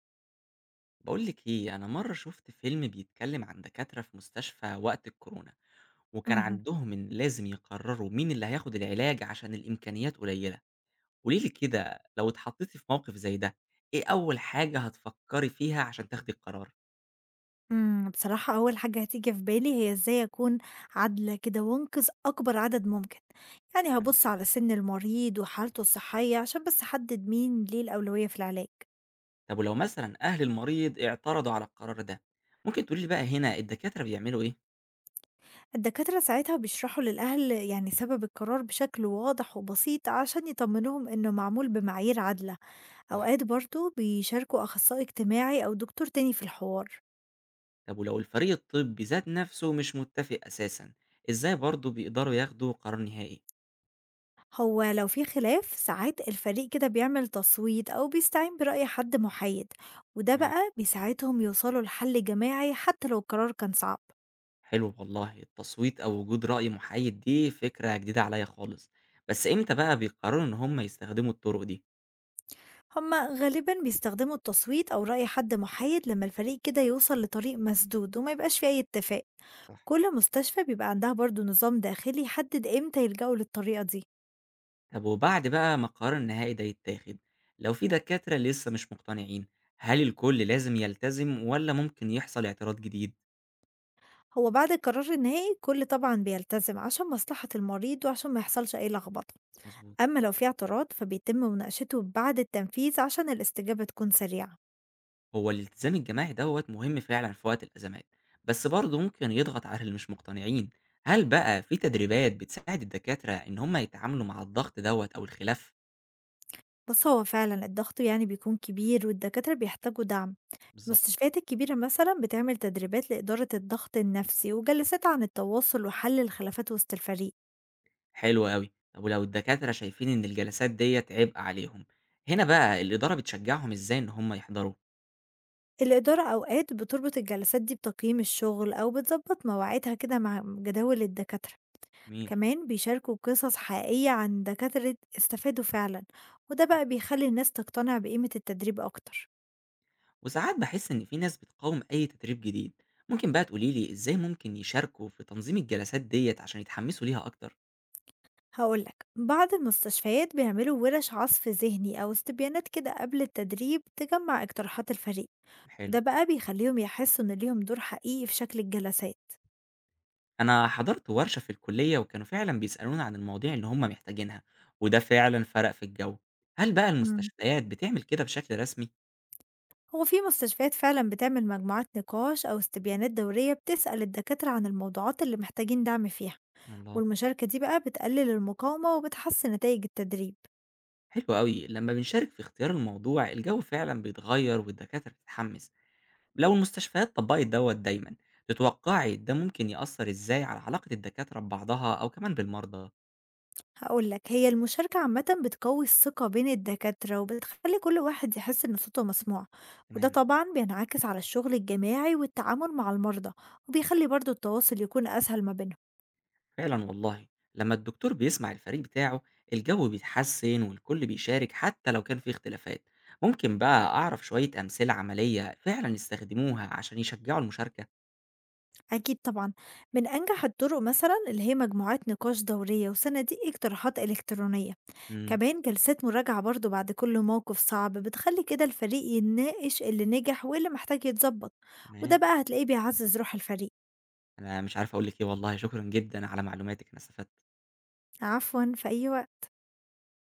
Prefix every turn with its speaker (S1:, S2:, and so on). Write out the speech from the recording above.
S1: بقول لك ايه، انا مره شفت فيلم بيتكلم عن دكاتره في مستشفى وقت الكورونا، وكان
S2: اهم.
S1: عندهم ان لازم يقرروا مين اللي هياخد العلاج عشان الامكانيات قليله. قولي لي كده، لو اتحطيتي في موقف زي ده، ايه اول حاجه هتفكري فيها عشان تاخدي القرار؟
S2: بصراحة أول حاجة هتيجي في بالي هي إزاي أكون عادلة كده وأنقذ أكبر عدد ممكن، يعني
S1: يعني
S2: هابُص على سِن المريض وحالته الصحية عشان بس أحدد مين ليه الأولوية في العلاج،
S1: طب ولو مثلا اهل المريض اعترضوا على القرار ده، ممكن تقولي لي بقى هنا الدكاتره بيعملوا ايه؟
S2: الدكاترة ساعتها بيشرحوا للأهل يعني سبب القرار بشكل واضح وبسيط عشان يطمنوهم إنه معمول بمعايير عادلة،
S1: صح.
S2: أوقات برضه بيشاركوا أخصائي اجتماعي أو دكتور تاني في الحوار.
S1: طب ولو الفريق الطبي ذات نفسه مش متفق اساسا، ازاي برضه بيقدروا ياخدوا قرار نهائي؟
S2: هو لو في خلاف ساعات الفريق كده بيعمل تصويت أو بيستعين برأي حد محايد، وده بقى بيساعدهم يوصلوا لحل جماعي حتى لو القرار كان صعب.
S1: حلو والله، التصويت أو وجود رأي محايد دي فكرة جديدة عليا خالص. بس إمتى بقى بيقرروا إن هم يستخدموا الطرق دي؟
S2: هما غالبا بيستخدموا التصويت أو رأي حد محايد لما الفريق كده يوصل لطريق مسدود وما يبقاش فيه أي اتفاق.
S1: صح.
S2: كل مستشفى بيبقى عندها برضو نظام داخلي يحدد إمتى يلجأوا للطريقة دي.
S1: طب وبعد بقى ما القرار النهائي ده يتاخد، لو في دكاترة لسه مش مقتنعين، هل الكل لازم يلتزم ولا ممكن يحصل اعتراض جديد؟
S2: هو بعد القرار النهائي كل طبعا بيلتزم عشان مصلحة المريض وعشان ما يحصلش أي لخبطة.
S1: مظبوط.
S2: أما لو في اعتراض فبيتم مناقشته بعد التنفيذ عشان الاستجابة تكون سريعة.
S1: هو الالتزام الجماعي دوت مهم فعلا في وقت الأزمات، بس برضه ممكن يضغط على اللي مش مقتنعين. هل بقى في تدريبات بتساعد الدكاترة إن هم يتعاملوا مع الضغط دوت أو الخلاف؟
S2: بس هو فعلا الضغط يعني بيكون كبير والدكاترة بيحتاجوا دعم.
S1: بالظبط.
S2: المستشفيات الكبيرة مثلا بتعمل تدريبات لإدارة الضغط النفسي وجلسات عن التواصل وحل الخلافات وسط الفريق.
S1: حلو أوي. طب ولو الدكاترة شايفين إن الجلسات ديّة عبء عليهم، هنا بقى الإدارة بتشجعهم إزاي إن هم يحضروا؟
S2: الإدارة أوقات بتربط الجلسات دي بتقييم الشغل أو بتظبط مواعيدها كده مع جداول الدكاترة.
S1: جميل.
S2: كمان بيشاركوا قصص حقيقية عن دكاترة استفادوا فعلا، وده بقى بيخلي الناس تقتنع بقيمة التدريب أكتر.
S1: وساعات باحس إن في ناس بتقاوم أي تدريب جديد، ممكن بقى تقولي لي إزاي ممكن يشاركوا في تنظيم الجلسات ديّة عشان يتحمسوا ليها أكتر؟
S2: هقول لك بعض المستشفيات بيعملوا ورش عصف ذهني أو استبيانات كده قبل التدريب تجمع اقتراحات الفريق،
S1: حلو.
S2: وده بقى بيخليهم يحسوا إن ليهم دور حقيقي في شكل الجلسات.
S1: أنا حضرت ورشة في الكلية وكانوا فعلًا بيسألونا عن المواضيع اللي هم محتاجينها، وده فعلًا فرق في الجو. هل بقى
S2: مم.
S1: المستشفيات بتعمل كده بشكل رسمي؟
S2: هو في مستشفيات فعلا بتعمل مجموعات نقاش أو استبيانات دورية بتسأل الدكاترة عن الموضوعات اللي محتاجين دعم فيها،
S1: الله.
S2: والمشاركة دي بقى بتقلل المقاومة وبتحسن نتائج التدريب.
S1: حلو أوي، لما بنشارك في اختيار الموضوع الجو فعلا بيتغير والدكاترة بتتحمس، لو المستشفيات طبقت دوت دايما، تتوقعي ده ممكن يأثر ازاي على علاقة الدكاترة ببعضها أو كمان بالمرضى؟
S2: هاقول لك، هي المشاركة عامةً بتقوي الثقة بين الدكاترة، وبتخلّي كل واحد يحس إن صوته مسموع، وده
S1: تمام.
S2: طبعًا بينعكس على الشغل الجماعي والتعامل مع المرضى، وبيخلّي برضه التواصل يكون أسهل ما بينهم.
S1: فعلا والله، لما الدكتور بيسمع الفريق بتاعه الجو بيتحسن والكل بيشارك حتى لو كان في اختلافات، ممكن بقى أعرف شوية أمثلة عملية فعلا يستخدموها عشان يشجعوا المشاركة؟
S2: أكيد طبعًا، من أنجح الطرق مثلًا اللي هي مجموعات نقاش دورية وصناديق اقتراحات إلكترونية،
S1: امم
S2: كمان جلسات مراجعة برضه بعد كل موقف صعب بتخلّي كده الفريق يناقش اللي نجح واللي محتاج يتضبط، وده
S1: تمام.
S2: بقى هتلاقيه بيعزّز روح الفريق.
S1: أنا مش عارف أقول لك إيه، والله شكرا جدا على معلوماتك، أنا استفدت.
S2: عفوًا، في أي وقت.